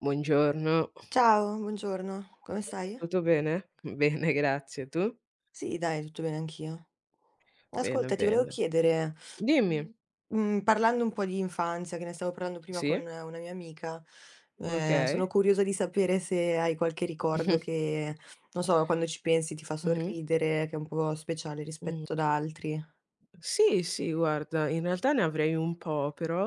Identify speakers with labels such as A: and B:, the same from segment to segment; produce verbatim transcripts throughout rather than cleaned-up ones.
A: Buongiorno,
B: Ciao, buongiorno, come stai?
A: tutto bene? Bene, grazie. Tu?
B: Sì, dai, tutto bene anch'io.
A: Bene,
B: Ascolta, ti volevo
A: bene.
B: chiedere,
A: Dimmi.
B: mhmm, mhmm, parlando un po' di infanzia, che ne stavo parlando prima
A: Sì,
B: con eh, una mia amica, ehm, sono
A: okay.
B: curiosa di sapere se hai qualche ricordo che, non so, quando ci pensi ti fa
A: Mh-mh, mh-mh,
B: sorridere, che è un po' speciale
A: mh.
B: rispetto ad altri.
A: Sì, sì, guarda, in realtà ne avrei un po', però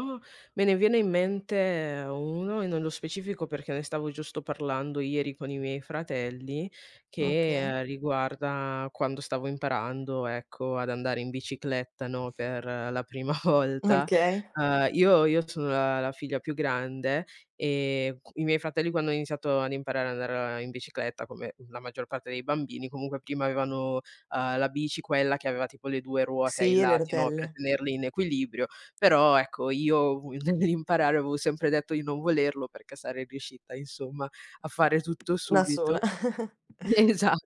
A: me ne viene in mente uno, e nello specifico perché ne stavo giusto parlando ieri con i miei fratelli, che,
B: Okay.
A: ehm, riguarda quando stavo imparando, ecco, ad andare in bicicletta, no, per eh, la prima volta.
B: Okay.
A: Uhm, io io sono la la figlia più grande e q i miei fratelli quando hanno iniziato ad imparare ad andare in bicicletta, come la maggior parte dei bambini, comunque prima avevano uhm, la bici quella che aveva tipo le due ruote ai
B: Sì, e le
A: lati, no, per
B: rotelle.
A: tenerli in equilibrio, però ecco io v nell'imparare avevo sempre detto di non volerlo perché sarei riuscita insomma a fare tutto
B: Da sola.
A: subito. Esatto.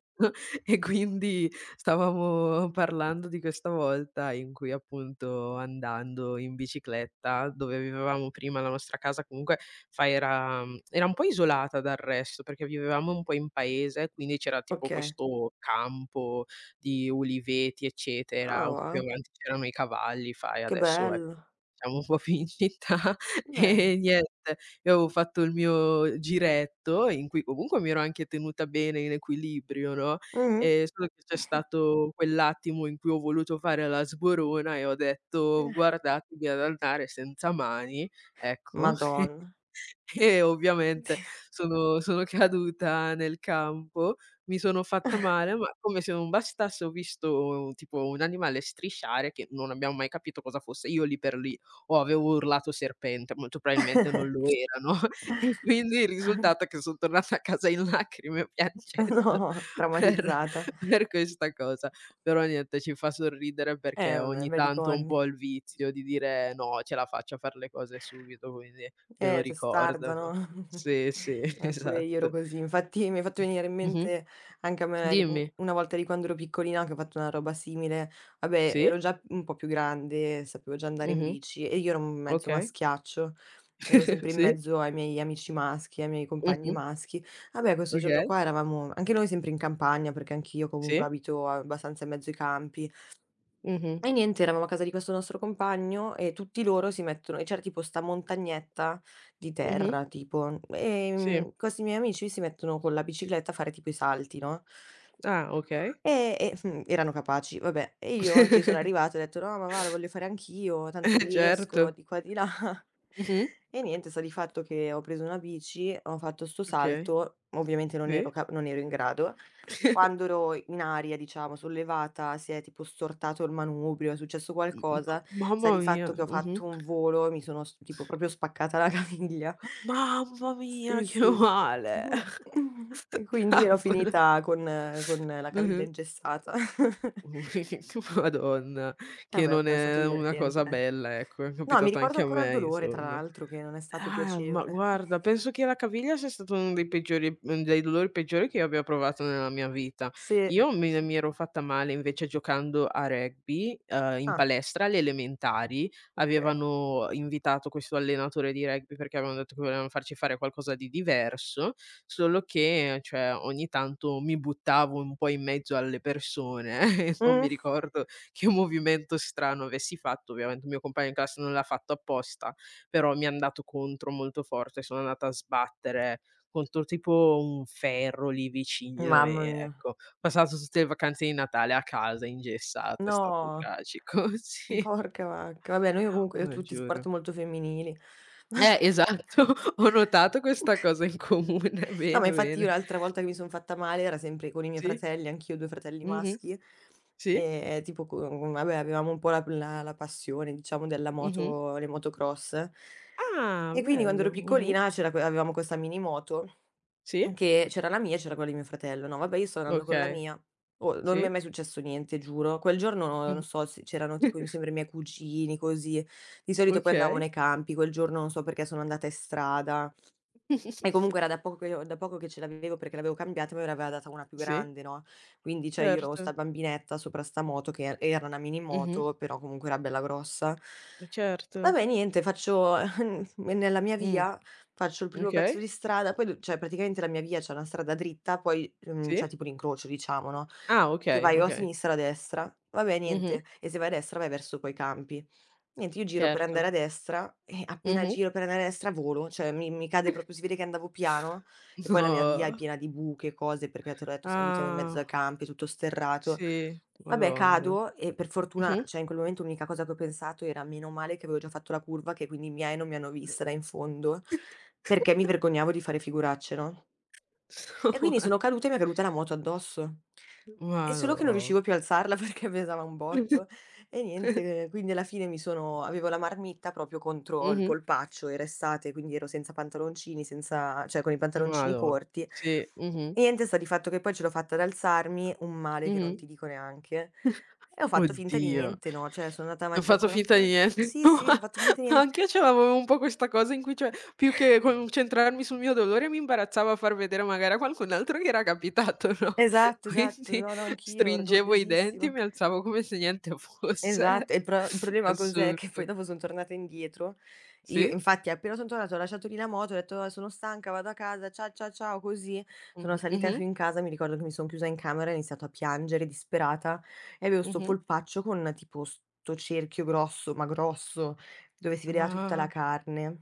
A: E quindi stavamo parlando di questa volta in cui appunto andando in bicicletta, dove vivevamo prima, la nostra casa comunque fa era mhmm, era un po' isolata dal resto, perché vivevamo un po' in paese, quindi c'era tipo
B: Okay.
A: questo campo di uliveti, eccetera,
B: Ah,
A: un po' più
B: wow,
A: avanti c'erano i cavalli, fai,
B: che
A: adesso
B: bello,
A: ecco siamo un po' più in città.
B: bello.
A: E niente, io avevo fatto il mio giretto, in cui comunque mi ero anche tenuta bene in equilibrio, no,
B: Mh-mh.
A: ehm, solo che c'è stato quell'attimo in cui ho voluto fare la sborona e ho detto: "Guardatevi ad andare senza mani", ecco.
B: Madonna.
A: E ovviamente sono sono caduta nel campo, mi sono fatta male, ma come se non bastasse ho visto tipo un animale strisciare che non abbiamo mai capito cosa fosse. Io lì per lì o avevo urlato serpente, molto probabilmente non lo era, no, e quindi il risultato è che son tornata a casa in lacrime piangendo
B: No,
A: per
B: traumatizzata.
A: per questa cosa. Però niente, ci fa sorridere perché
B: Eh vabbè,
A: ogni
B: bei
A: tanto ho un
B: ricordi.
A: po' il vizio di dire: "No, ce la faccio a far le cose subito", quindi me lo
B: Eh, testarda,
A: ricordano.
B: no?
A: Sì, sì,
B: Eh, pure io ero
A: esatto.
B: così. Infatti mi hai fatto venire in
A: Mh-mh.
B: mente anche a me di u
A: Dimmi.
B: una volta di quando ero piccolina che ho fatto una roba simile. Vabbè,
A: Sì.
B: ero già un po' più grande, sapevo già andare in
A: Mh-mh.
B: bici e io ero un mezzo
A: Okay.
B: maschiaccio. Ero sempre in
A: Sì.
B: mezzo ai miei amici maschi, ai miei compagni
A: Mh-mh.
B: maschi. Vabbè, questo giorno
A: Okay.
B: qua eravamo anche noi sempre in campagna, perché anch'io comunque
A: Sì.
B: abito abbastanza in mezzo ai campi.
A: Mh-mh.
B: E niente, eravamo a casa di questo nostro compagno e tutti loro si mettono e c'era tipo 'sta montagnetta di
A: Mh-mh.
B: terra tipo,
A: Sì.
B: ehm, questi miei amici si mettono con la bicicletta a fare tipo i salti, no,
A: Ah, okay.
B: e e, mhmm, erano capaci, vabbè. E io anch'io sono arrivata e ho detto: "No mamma, lo voglio fare anch'io, tanto
A: Eh,
B: riesco",
A: certo.
B: di qua di là.
A: Mh-mh.
B: E niente, sta di fatto che ho preso una bici, ho fatto 'sto
A: Okay.
B: salto, ovviamente non ero
A: Sì.
B: ca non ero in grado quando ero in aria, diciamo, sollevata, si è tipo stortato il manubrio, è successo
A: M m
B: qualcosa, sta
A: Mamma
B: di
A: mia.
B: fatto che ho
A: Mh-mh.
B: fatto un volo e mi sono s tipo proprio spaccata la caviglia.
A: Mamma mia,
B: Sì,
A: che
B: sì.
A: male.
B: E quindi ero
A: Cavolo.
B: finita con eh, con la caviglia
A: Mh-mh.
B: ingessata.
A: Madonna, che
B: Vabbè,
A: non
B: però è stato
A: è una
B: divertente,
A: cosa
B: dai.
A: bella, ecco, è
B: No, mi
A: capitato
B: ricordo
A: anche a
B: ancora il
A: me,
B: dolore, tra
A: insomma.
B: l'altro, che non è stato
A: Ah, ma
B: piacevole.
A: guarda, penso che la caviglia sia stato uno dei peggiori mhmm, dei dolori peggiori che io abbia provato nella mia vita.
B: Sì,
A: Io mi
B: sì.
A: mi ero fatta male invece giocando a rugby, uhm, in
B: Ah,
A: palestra alle elementari.
B: okay.
A: Avevano invitato questo allenatore di rugby perché avevano detto che volevano farci fare qualcosa di diverso, solo che, cioè, ogni tanto mi buttavo un po' in mezzo alle persone e non mi
B: Mh.
A: ricordo che movimento strano avessi fatto. Ovviamente il mio compagno in classe non l'ha fatto apposta, però mi è andato contro molto forte, sono andata a sbattere contro tipo un ferro lì vicino e
B: Mamma mia.
A: ecco, ho passato tutte le vacanze di Natale a casa ingessata, è stato
B: No.
A: tragico, sì,
B: Porca vacca. Vabbè, noi comunque io
A: ma
B: tutti sport
A: giuro.
B: molto femminili.
A: Eh, esatto, ho notato questa cosa in comune,
B: No, ma
A: bene,
B: infatti io
A: bene.
B: l'altra volta che mi son fatta male era sempre con i miei
A: Sì,
B: fratelli, anch'io ho due fratelli
A: mh-mh,
B: maschi,
A: sì,
B: e tipo co mhmm, vabbè avevamo un po' la la la passione diciamo della
A: mh-mh.
B: moto le motocross
A: Ah,
B: e quindi quando
A: bello,
B: ero
A: mh-mh,
B: piccolina c'era que avevamo questa mini moto
A: sì,
B: che c'era la mia e c'era quella di mio fratello, no, vabbè io sto andando con la
A: okay,
B: mia. Oh, non mi è
A: sì,
B: mai successo niente, giuro. Quel giorno non
A: mh.
B: so se c'erano tipo mi sembra i miei cugini, così. Di solito poi andavamo nei
A: Okay.
B: campi, quel giorno non so perché sono andata in strada e comunque era da poco che io da poco che ce l'avevo perché l'avevo cambiata, ma me l'aveva data una più
A: Sì,
B: grande, no, quindi cioè io ero 'sta
A: certo.
B: bambinetta sopra 'sta moto che era una mini
A: Mh-mh.
B: moto, però comunque era bella grossa.
A: Eh, certo.
B: Vabbè niente, faccio Me nella mia
A: Mh,
B: via Faccio il primo pezzo
A: okay,
B: di strada, poi d cioè praticamente la mia via c'è una strada dritta, poi, mhmm, c'è
A: sì.
B: tipo l'incrocio diciamo, no,
A: Ah,
B: che
A: okay,
B: vai o a
A: okay.
B: sinistra o a destra. Vabbè
A: Mh-mh.
B: niente, e se vai a destra vai verso poi i campi. Niente, io giro per
A: Certo.
B: andare a destra e appena
A: Mh-mh.
B: giro per andare a destra volo, cioè mi mi cade proprio, si vede che andavo piano e poi la mia via è
A: No.
B: piena di buche, cose, perché te l'ho detto s abitiamo in mezzo
A: Ah,
B: a campi, tutto sterrato.
A: sì,
B: Vabbè
A: madonna.
B: cado e per fortuna
A: Mh-mh.
B: cioè in quel momento l'unica cosa che ho pensato era: "Meno male che avevo già fatto la curva, che quindi i miei non mi hanno vista da in fondo", perché mi vergognavo di fare figuracce, no, e quindi sono caduta e mi è caduta la moto addosso. E solo che non
A: Madò.
B: riuscivo più a alzarla perché pesava un botto e niente, quindi alla fine mi sono avevo la marmitta proprio contro il
A: Mh-mh.
B: polpaccio, era estate, quindi ero senza pantaloncini, senza cioè con i pantaloncini
A: Madò,
B: corti.
A: sì. Mh-mh,
B: E niente, sta di fatto che poi ce l'ho fatta ad alzarmi, un male che
A: mh-mh.
B: non ti dico neanche, e ho fatto finta di
A: Oddio.
B: niente, no, cioè sono andata
A: Ho
B: avanti
A: fatto
B: ancora un
A: finta di
B: po'.
A: niente.
B: Sì, sì, ho fatto finta di nien
A: Anch'io ce l'avevo un po' questa cosa in cui cioè, più che concentrarmi sul mio dolore mi imbarazzava a far vedere magari a qualcun altro che era capitato, no,
B: esatto, esatto,
A: quindi
B: no, no, anch'io
A: stringevo i denti, e
B: orgogliosissima.
A: mi alzavo come se niente fosse.
B: Esatto, e il pro il problema cos'è? Che poi
A: Assurdo.
B: dopo son tornata indietro. Io
A: Sì?
B: infatti appena son tornata ho lasciato lì la moto, ho detto: "Ah, sono stanca, vado a casa, cia cia ciao", così. Sono
A: Mh-mh,
B: salita
A: mh-mh,
B: su in casa, mi ricordo che mi son chiusa in camera e ho iniziato a piangere disperata e avevo 'sto
A: mh-mh.
B: polpaccio con tipo 'sto cerchio grosso, ma grosso, dove si vedeva tutta la
A: Ah,
B: carne.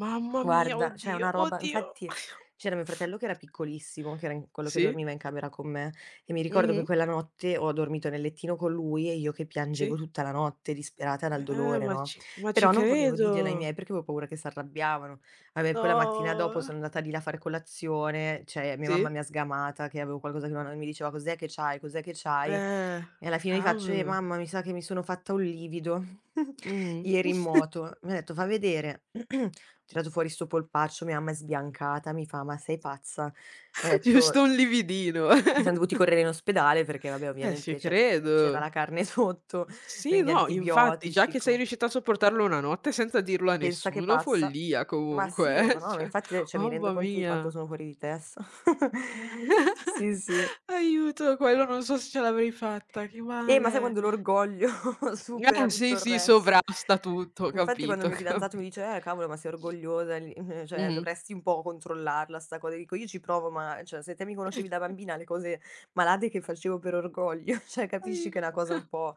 A: mamma mia,
B: Guarda, cioè
A: oddio,
B: una roba
A: oddio.
B: infatti c'era mio fratello che era piccolissimo, che era in quello che
A: Sì,
B: dormiva in camera con me, e mi ricordo che
A: mh-mh,
B: quella notte ho dormito nel lettino con lui e io che piangevo
A: sì.
B: tutta la notte disperata dal
A: Eh,
B: dolore,
A: ma
B: no,
A: ci ma ci
B: però non volevo
A: credo.
B: dirglielo ai miei perché avevo paura che s'arrabbiavano. Vabbè, poi la mattina dopo
A: No.
B: sono andata lì là a fare colazione, cioè mia mamma
A: Sì.
B: mi ha sgamata che avevo qualcosa che non mi diceva: "Cos'è che c'hai? Cos'è che c'hai?"
A: Eh,
B: E alla fine gli faccio: "Eh
A: cavolo.
B: mamma, mi sa che mi sono fatta un livido
A: Mh.
B: ieri in moto". Mi ha detto: "Fa vedere". Tirato fuori 'sto polpaccio, mia mamma è sbiancata, mi fa: "Ma sei pazza?" Mi ha
A: Giusto
B: detto
A: un lividino.
B: siam dovuti correre in ospedale perché vabbè
A: Eh, ci
B: ovviamente cioè, c'era
A: credo.
B: la carne sotto,
A: S sì,
B: quindi
A: no, infatti, già
B: antibiotici,
A: che sei
B: co
A: riuscita a sopportarlo una notte senza dirlo a
B: pensa che
A: nessuno,
B: pazza.
A: follia
B: Ma
A: comunque,
B: sì, ehm, ma
A: eh,
B: no, ma
A: cioè,
B: infatti, ehm, cioè mi rendo
A: mamma
B: conto di quanto
A: mia.
B: sono fuori di testa.
A: Eh.
B: Sì, sì.
A: Aiuto, quello non so se ce l'avrei fatta, che
B: Eh, ma sai
A: male.
B: quando l'orgoglio
A: Eh,
B: supera tutto
A: sì,
B: il
A: sì,
B: resto.
A: sovrasta tutto,
B: Infatti quando
A: capito,
B: il mio fidanzato mi
A: capito.
B: dice: "Eh, cavolo, ma sei orgogliosa, li cioè
A: Mh-mh.
B: dovresti un po' controllarla 'sta cosa", dico: "Io ci provo, ma cioè se te mi conoscevi da bambina le cose malate che facevo per orgoglio, cioè capisci che è una
A: Aiuto.
B: cosa un po'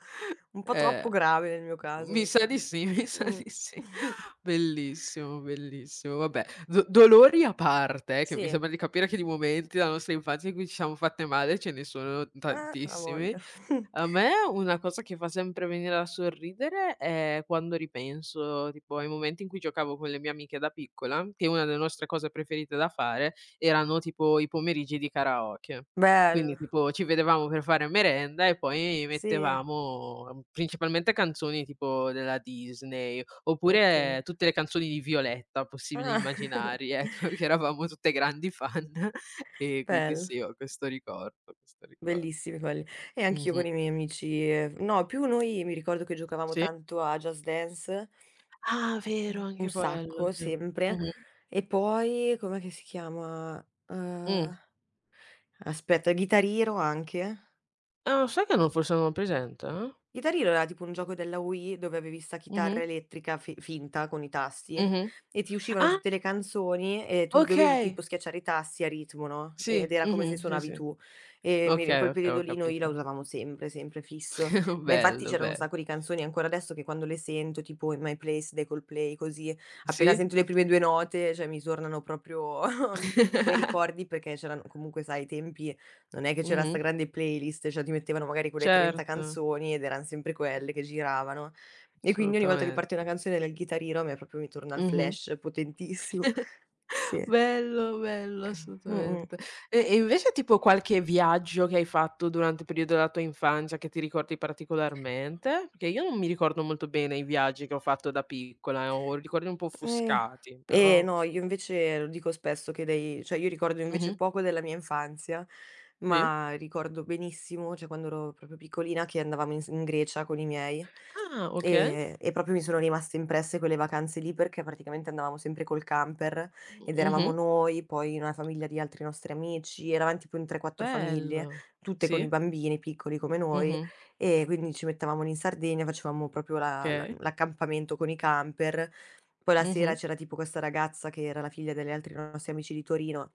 B: un po' troppo
A: Eh.
B: grave nel mio caso,
A: Mi
B: mi
A: sa
B: sa".
A: di sì, mi sa
B: Mh.
A: di sì. Bellissimo, bellissimo. Vabbè, do dolori a parte, eh, che mi
B: Sì,
A: sembra di capire che di momenti della nostra infanzia in cui ci siamo fatte male ce ne sono
B: eh,
A: tantissimi,
B: avoglia.
A: a me una cosa che fa sempre venire a sorridere è quando ripenso, tipo ai momenti in cui giocavo con le mie amiche da piccola, che una delle nostre cose preferite da fare erano tipo i pomeriggi di karaoke. Quindi
B: Bello,
A: tipo ci vedevamo per fare merenda e poi
B: sì,
A: mettevamo mm, principalmente canzoni tipo della Disney,
B: okay.
A: oppure tutte le canzoni di Violetta possibili e
B: Ah,
A: immaginari, ecco, che eravamo tutte grandi fan, e quindi
B: bello.
A: sì, ho questo ricordo, questo ricordo.
B: Bellissimi quelli. E anch'io
A: Mh-mh.
B: con i miei amici, ehm no, più noi mi ricordo che giocavamo
A: Sì.
B: tanto a Just Dance.
A: Ah, vero,
B: Mh,
A: anche
B: un
A: quello,
B: sacco,
A: sì.
B: sempre.
A: Mh-mh.
B: E poi com'è che si chiama?
A: Mh.
B: Uhm, aspetta, Guitar Hero anche.
A: Ah, sai che non forse non ho presente, eh.
B: Guitar Hero era tipo un gioco della Wii dove avevi 'sta
A: Mh-mh.
B: chitarra elettrica fi finta con i tasti
A: Mh-mh.
B: e ti uscivano
A: Ah,
B: tutte le canzoni e tu dovevi
A: okay.
B: tipo schiacciare i tasti a ritmo, no, ed
A: Sì,
B: era come se
A: mh-mh, sì,
B: suonavi
A: sì.
B: tu. E mi ri In
A: Okay,
B: quel
A: okay, ho
B: periodo lì noi la
A: capito.
B: usavamo sempre, sempre fisso. Ma infatti
A: Bello,
B: c'erano un
A: bello.
B: sacco di canzoni ancora adesso che quando le sento, tipo In My Place dei Coldplay, così, appena
A: Sì.
B: sento le prime due note, cioè mi tornano proprio quei ricordi, perché c'erano comunque sai ai tempi non è che c'era 'sta
A: Mh-mh.
B: grande playlist, cioè ti mettevano magari quelle trenta
A: Certo,
B: canzoni ed eran sempre quelle che giravano. E quindi ogni volta che parte una
A: assolutamente.
B: canzone del Guitar Hero a me proprio mi torna il
A: Mh-mh.
B: flash potentissimo. Sì.
A: Bello, bello,
B: Mh-mh.
A: assolutamente. E e invece tipo qualche viaggio che hai fatto durante il periodo della tua infanzia che ti ricordi particolarmente? Perché io non mi ricordo molto bene i viaggi che ho fatto da piccola, eh, ho ricordi un po'
B: Eh.
A: offuscati,
B: Eh,
A: però
B: no, io invece lo dico spesso che dei cioè io ricordo
A: mh-mh,
B: invece poco della mia infanzia,
A: sì.
B: ma ricordo benissimo, cioè quando ero proprio piccolina, che andavamo in s in Grecia con i miei,
A: Ah, okay.
B: ehm, e proprio mi sono rimaste impresse quelle vacanze lì, perché praticamente andavamo sempre col camper ed eravamo
A: Mh-mh.
B: noi, poi una famiglia di altri nostri amici, eravam tipo in tre, quattro famiglie,
A: Bello.
B: tutte con i
A: Sì.
B: bambini piccoli come noi,
A: Mh-mh.
B: e quindi ci mettevamo lì in Sardegna, facevamo proprio la la
A: Okay.
B: l'accampamento con i camper. Poi la
A: Mh-mh.
B: sera c'era tipo questa ragazza che era la figlia degli altri nostri amici di Torino,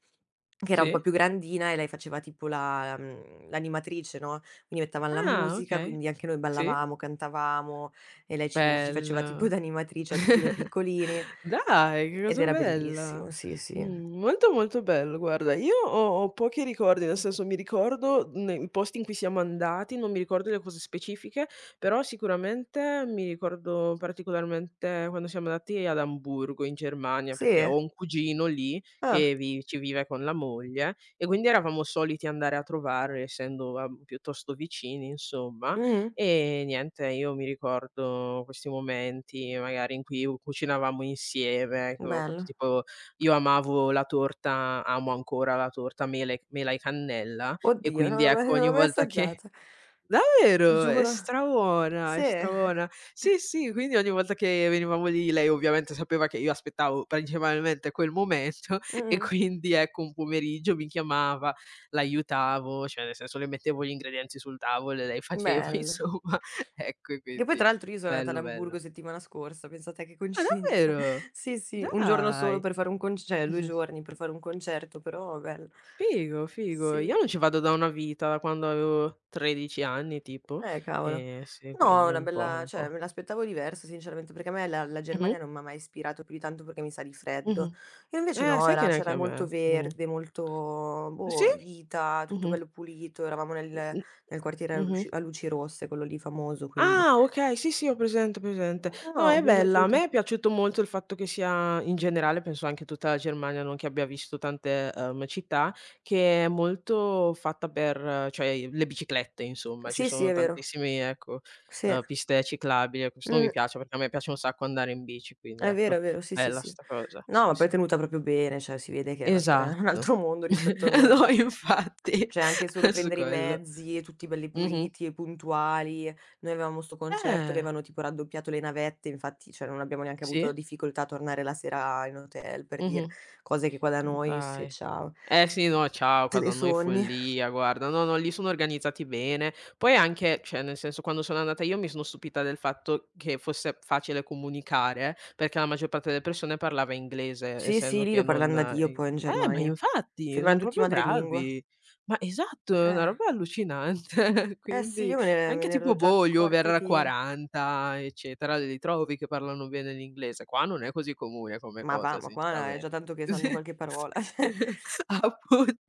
B: che era un po'
A: Sì.
B: più grandina e lei faceva tipo la mhmm, l'animatrice, no, quindi mettavan la
A: Ah,
B: musica,
A: okay.
B: quindi anche noi
A: Sì.
B: ballavamo, cantavamo e lei ci ci faceva tipo
A: Bello.
B: da animatrice a tutti noi piccolini
A: Dai, che
B: ed
A: cosa
B: era
A: bella.
B: bellissimo, sì, sì.
A: Mh, molto, molto bello guarda. Io ho ho pochi ricordi, nel senso mi ricordo ne i posti in cui siamo andati, non mi ricordo le cose specifiche, però sicuramente mi ricordo particolarmente quando siamo andati ad Amburgo in Germania, perché ho
B: Sì?
A: un cugino lì
B: Ah.
A: che vi ci vive con la moglie e quindi eravamo soliti andare a trovarlo essendo, uhm, piuttosto vicini insomma.
B: Mh-mh.
A: E niente, io mi ricordo questi momenti magari in cui u cucinavamo insieme, che avevo fatto
B: Bello.
A: tipo io amavo la torta amo ancora la torta mele mela e cannella, e
B: Oddio, non
A: quindi
B: l'ho mai
A: ecco
B: non
A: ogni
B: l'ho mai
A: volta che
B: assaggiata.
A: davvero? È
B: Giuro.
A: strabuona, è
B: Sì.
A: strabuona. Sì, sì, quindi ogni volta che venivamo lì, lei ovviamente sapeva che io aspettavo principalmente quel momento e
B: Mh-mh.
A: quindi ecco un pomeriggio mi chiamava, l'aiutavo, cioè nel senso le mettevo gli ingredienti sul tavolo e lei faceva
B: Bello.
A: insomma, ecco e
B: Che poi
A: quindi
B: tra l'altro io sono andata ad
A: bello,
B: Amburgo
A: bello.
B: settimana scorsa, pensa te che
A: Ah
B: coincidenza.
A: davvero?
B: Sì, sì, un giorno solo
A: Dai!
B: per fare un conc cioè due
A: Mh-mh.
B: giorni per fare un concerto, però bello.
A: Figo, figo.
B: Sì,
A: Io non ci vado da una vita, da quando avevo tredici anni tipo,
B: eh cavolo.
A: ehm, sì
B: No, è
A: quindi
B: una
A: un po',
B: bella
A: un
B: cioè
A: po'.
B: me l'aspettavo diversa sinceramente, perché a me la la
A: Mh-mh.
B: Germania non m'ha mai ispirato più di tanto perché mi sa di freddo.
A: Mh-mh.
B: E invece
A: Eh,
B: no,
A: sai che
B: era
A: neanche
B: c'era
A: a
B: molto
A: me. Mh.
B: verde, molto,
A: Sì?
B: boh, vita, tutto
A: Mh-mh.
B: bello pulito, eravamo nel
A: Mh-mh.
B: nel quartiere a
A: Mh-mh.
B: luci a luci rosse, quello lì famoso, quindi.
A: Ah, okay, sì, sì, ho presente, ho presente. No,
B: No,
A: è
B: mi è
A: bella. A
B: piaciuta.
A: me è piaciuto molto il fatto che sia in generale, penso anche tutta la Germania, non che abbia visto tante, uhm, città, che è molto fatta per cioè le biciclette insomma, ci
B: Sì, sì,
A: sono
B: è vero.
A: tantissimi, ecco,
B: Sì.
A: uhm, piste ciclabili e questo mi
B: Mh,
A: piace perché a me piace un sacco andare in bici, quindi
B: è vero,
A: ecco,
B: è vero, sì, sì,
A: bella
B: sì.
A: sta cosa.
B: No,
A: Sì,
B: ma poi è
A: sì.
B: tenuta proprio bene, cioè si vede che è un'altra un
A: Esatto.
B: altro mondo rispetto a noi.
A: No, infatti,
B: Cioè anche solo
A: su
B: prendere i
A: quello.
B: mezzi, tutti belli
A: Mh-mh.
B: puliti e puntuali. Noi avevamo 'sto concerto,
A: Eh,
B: avevano tipo raddoppiato le navette, infatti cioè non abbiamo neanche avuto
A: sì.
B: difficoltà a tornare la sera in hotel, per dire.
A: Mh-mh.
B: Cose che qua da noi, se
A: Dai.
B: ciao,
A: Eh sì, no, ciao, qua
B: te le
A: da noi
B: sogni.
A: follia, guarda. No, no, lì sono organizzati bene. Poi anche, cioè nel senso, quando sono andata io mi sono stupita del fatto che fosse facile comunicare, perché la maggior parte delle persone parlava inglese,
B: Sì,
A: essendo
B: sì, lì
A: che
B: lo
A: non
B: parlan da Dio
A: ehm
B: poi in
A: eh, ma
B: Germania.
A: infatti,
B: Sembran
A: son
B: tutti
A: proprio
B: madrelingua.
A: bravi. Ma esatto, è una
B: Eh,
A: roba allucinante.
B: eh sì,
A: Quindi
B: io me ne me
A: anche
B: ne
A: tipo,
B: ero già
A: boh, gli
B: accorta ai
A: over
B: tem
A: quaranta eccetera, li trovi che parlano bene l'inglese. Qua non è così comune come
B: ma va,
A: cosa,
B: ma qua è già
A: sinceramente.
B: tanto che sanno qualche parola,
A: Quindi
B: cioè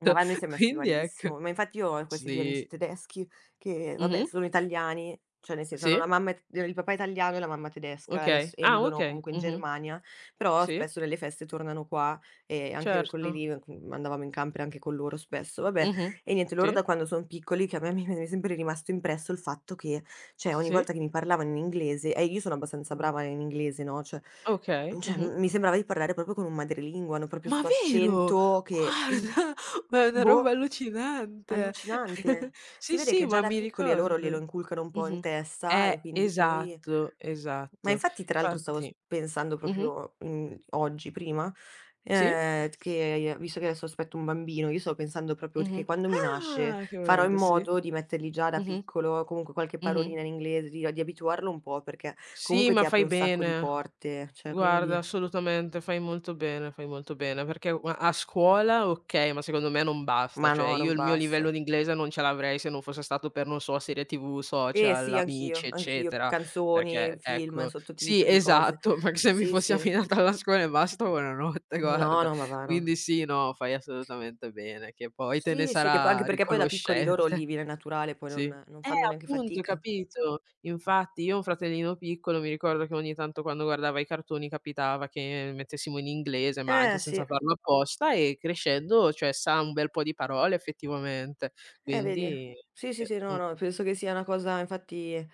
B: ma va, noi siam messi
A: Quindi ecco
B: malissimo. Ma infatti io ho questi due
A: sì.
B: amici tedeschi che, vabbè,
A: Mh-mh.
B: sono italiani, cioè nel senso hanno la
A: Sì,
B: mamma t il papà italiano e la mamma tedesca
A: okay.
B: adesso e
A: Ah,
B: vivono
A: okay.
B: comunque in
A: Mh-mh.
B: Germania, però
A: Sì,
B: spesso nelle feste tornano qua e anche quelli
A: certo.
B: lì, mhmm, andavamo in camper anche con loro spesso, vabbè.
A: Mh-mh.
B: E niente,
A: Sì,
B: loro da quando son piccoli che a me mi mi è sempre rimasto impresso il fatto che, cioè ogni
A: sì.
B: volta che mi parlavano in inglese e io sono abbastanza brava in inglese, no, cioè
A: Okay.
B: cioè
A: Mh-mh.
B: mi sembrava di parlare proprio con un madrelingua, hanno proprio
A: Ma
B: 'sto
A: vero?
B: accento che mh.
A: Guarda, ma è una roba
B: Boh,
A: allucinante.
B: allucinante. Si
A: Sì,
B: vede
A: sì,
B: che già
A: ma
B: da
A: mi
B: piccoli a loro glielo
A: ricordo.
B: inculcano un po' in
A: Mh-mh.
B: testa e
A: Eh,
B: quindi poi
A: esatto,
B: ma
A: esatto.
B: infatti tra l'altro stavo s
A: Infatti
B: pensando
A: mh-mh.
B: proprio, mhmm, oggi prima,
A: Sì.
B: ehm, che visto che adesso aspetto un bambino, io stavo pensando proprio che
A: Mh-mh.
B: quando mi nasce
A: Ah, che
B: farò in
A: bello, sì.
B: modo di mettergli già da
A: Mh-mh.
B: piccolo comunque qualche
A: Mh-mh.
B: parolina in inglese, di di abituarlo un po' perché
A: Sì,
B: comunque
A: ma
B: ti apre
A: fai
B: un sacco di
A: bene.
B: porte, cioè
A: Guarda,
B: quindi
A: assolutamente, fai molto bene, fai molto bene, perché u a scuola okay, ma secondo me non basta,
B: ma
A: cioè
B: no,
A: io
B: non
A: il mio livello
B: basta.
A: di inglese non ce l'avrei se non fosse stato per, non so, serie T V,
B: Eh
A: social,
B: sì,
A: amici,
B: anch'io, anch'io.
A: eccetera,
B: Canzoni,
A: perché
B: film,
A: ecco sì,
B: sottotitoli, cose.
A: esatto, perché se mi
B: Sì,
A: fossi
B: sì.
A: affidata alla scuola e basta, buonanotte,
B: No,
A: guarda.
B: no, ma va, no.
A: Quindi sì, no, fai assolutamente bene, che poi te ne
B: Sì, sì, che poi anche
A: sarà
B: perché poi da piccoli loro lì
A: riconoscente.
B: viene naturale, poi
A: Sì.
B: non non
A: Eh,
B: fanno neanche
A: appunto,
B: fatica.
A: capito? Infatti io ho un fratellino piccolo, mi ricordo che ogni tanto quando guardava i cartoni capitava che mettessimo in inglese, ma anche
B: Eh
A: senza
B: sì,
A: farlo apposta e crescendo, cioè, sa un bel po' di parole effettivamente.
B: eh vedi.
A: Quindi
B: Sì, sì,
A: eh,
B: sì, no,
A: mh.
B: no, penso che sia una cosa infatti a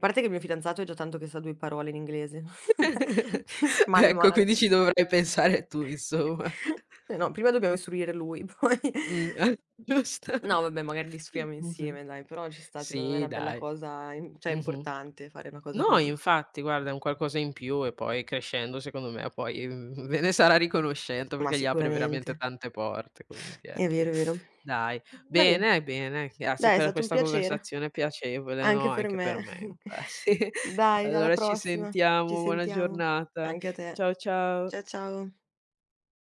B: parte che il mio fidanzato è già tanto che sa due parole in inglese. Male,
A: Ecco,
B: male.
A: quindi ci dovrai pensare tu insomma.
B: Eh no, prima dobbiamo istruire lui, poi
A: Mh, giusto.
B: no vabbè, magari li sfriamo
A: Mh-mh.
B: insieme dai, però ci sta, secondo me è
A: Sì,
B: una bella
A: dai.
B: cosa, im cioè è
A: Mh-mh.
B: importante fare una cosa
A: No,
B: così.
A: infatti guarda è un qualcosa in più e poi crescendo secondo me poi, mhmm, ve ne sarà riconoscente
B: Ma
A: perché gli apre veramente
B: sicuramente.
A: tante porte, quindi
B: È
A: ecco.
B: vero, è vero.
A: Dai,
B: Va bene,
A: bene, bene, grazie
B: dai è
A: per
B: stato un
A: questa
B: piacere,
A: conversazione piacevole, no,
B: anche per
A: anche
B: me.
A: per me infatti.
B: Dai, alla
A: Allora ci
B: prossima. Ci
A: sentiamo, buona
B: sentiamo.
A: giornata.
B: Anche a te.
A: Ciao, ciao.
B: Cia ciao.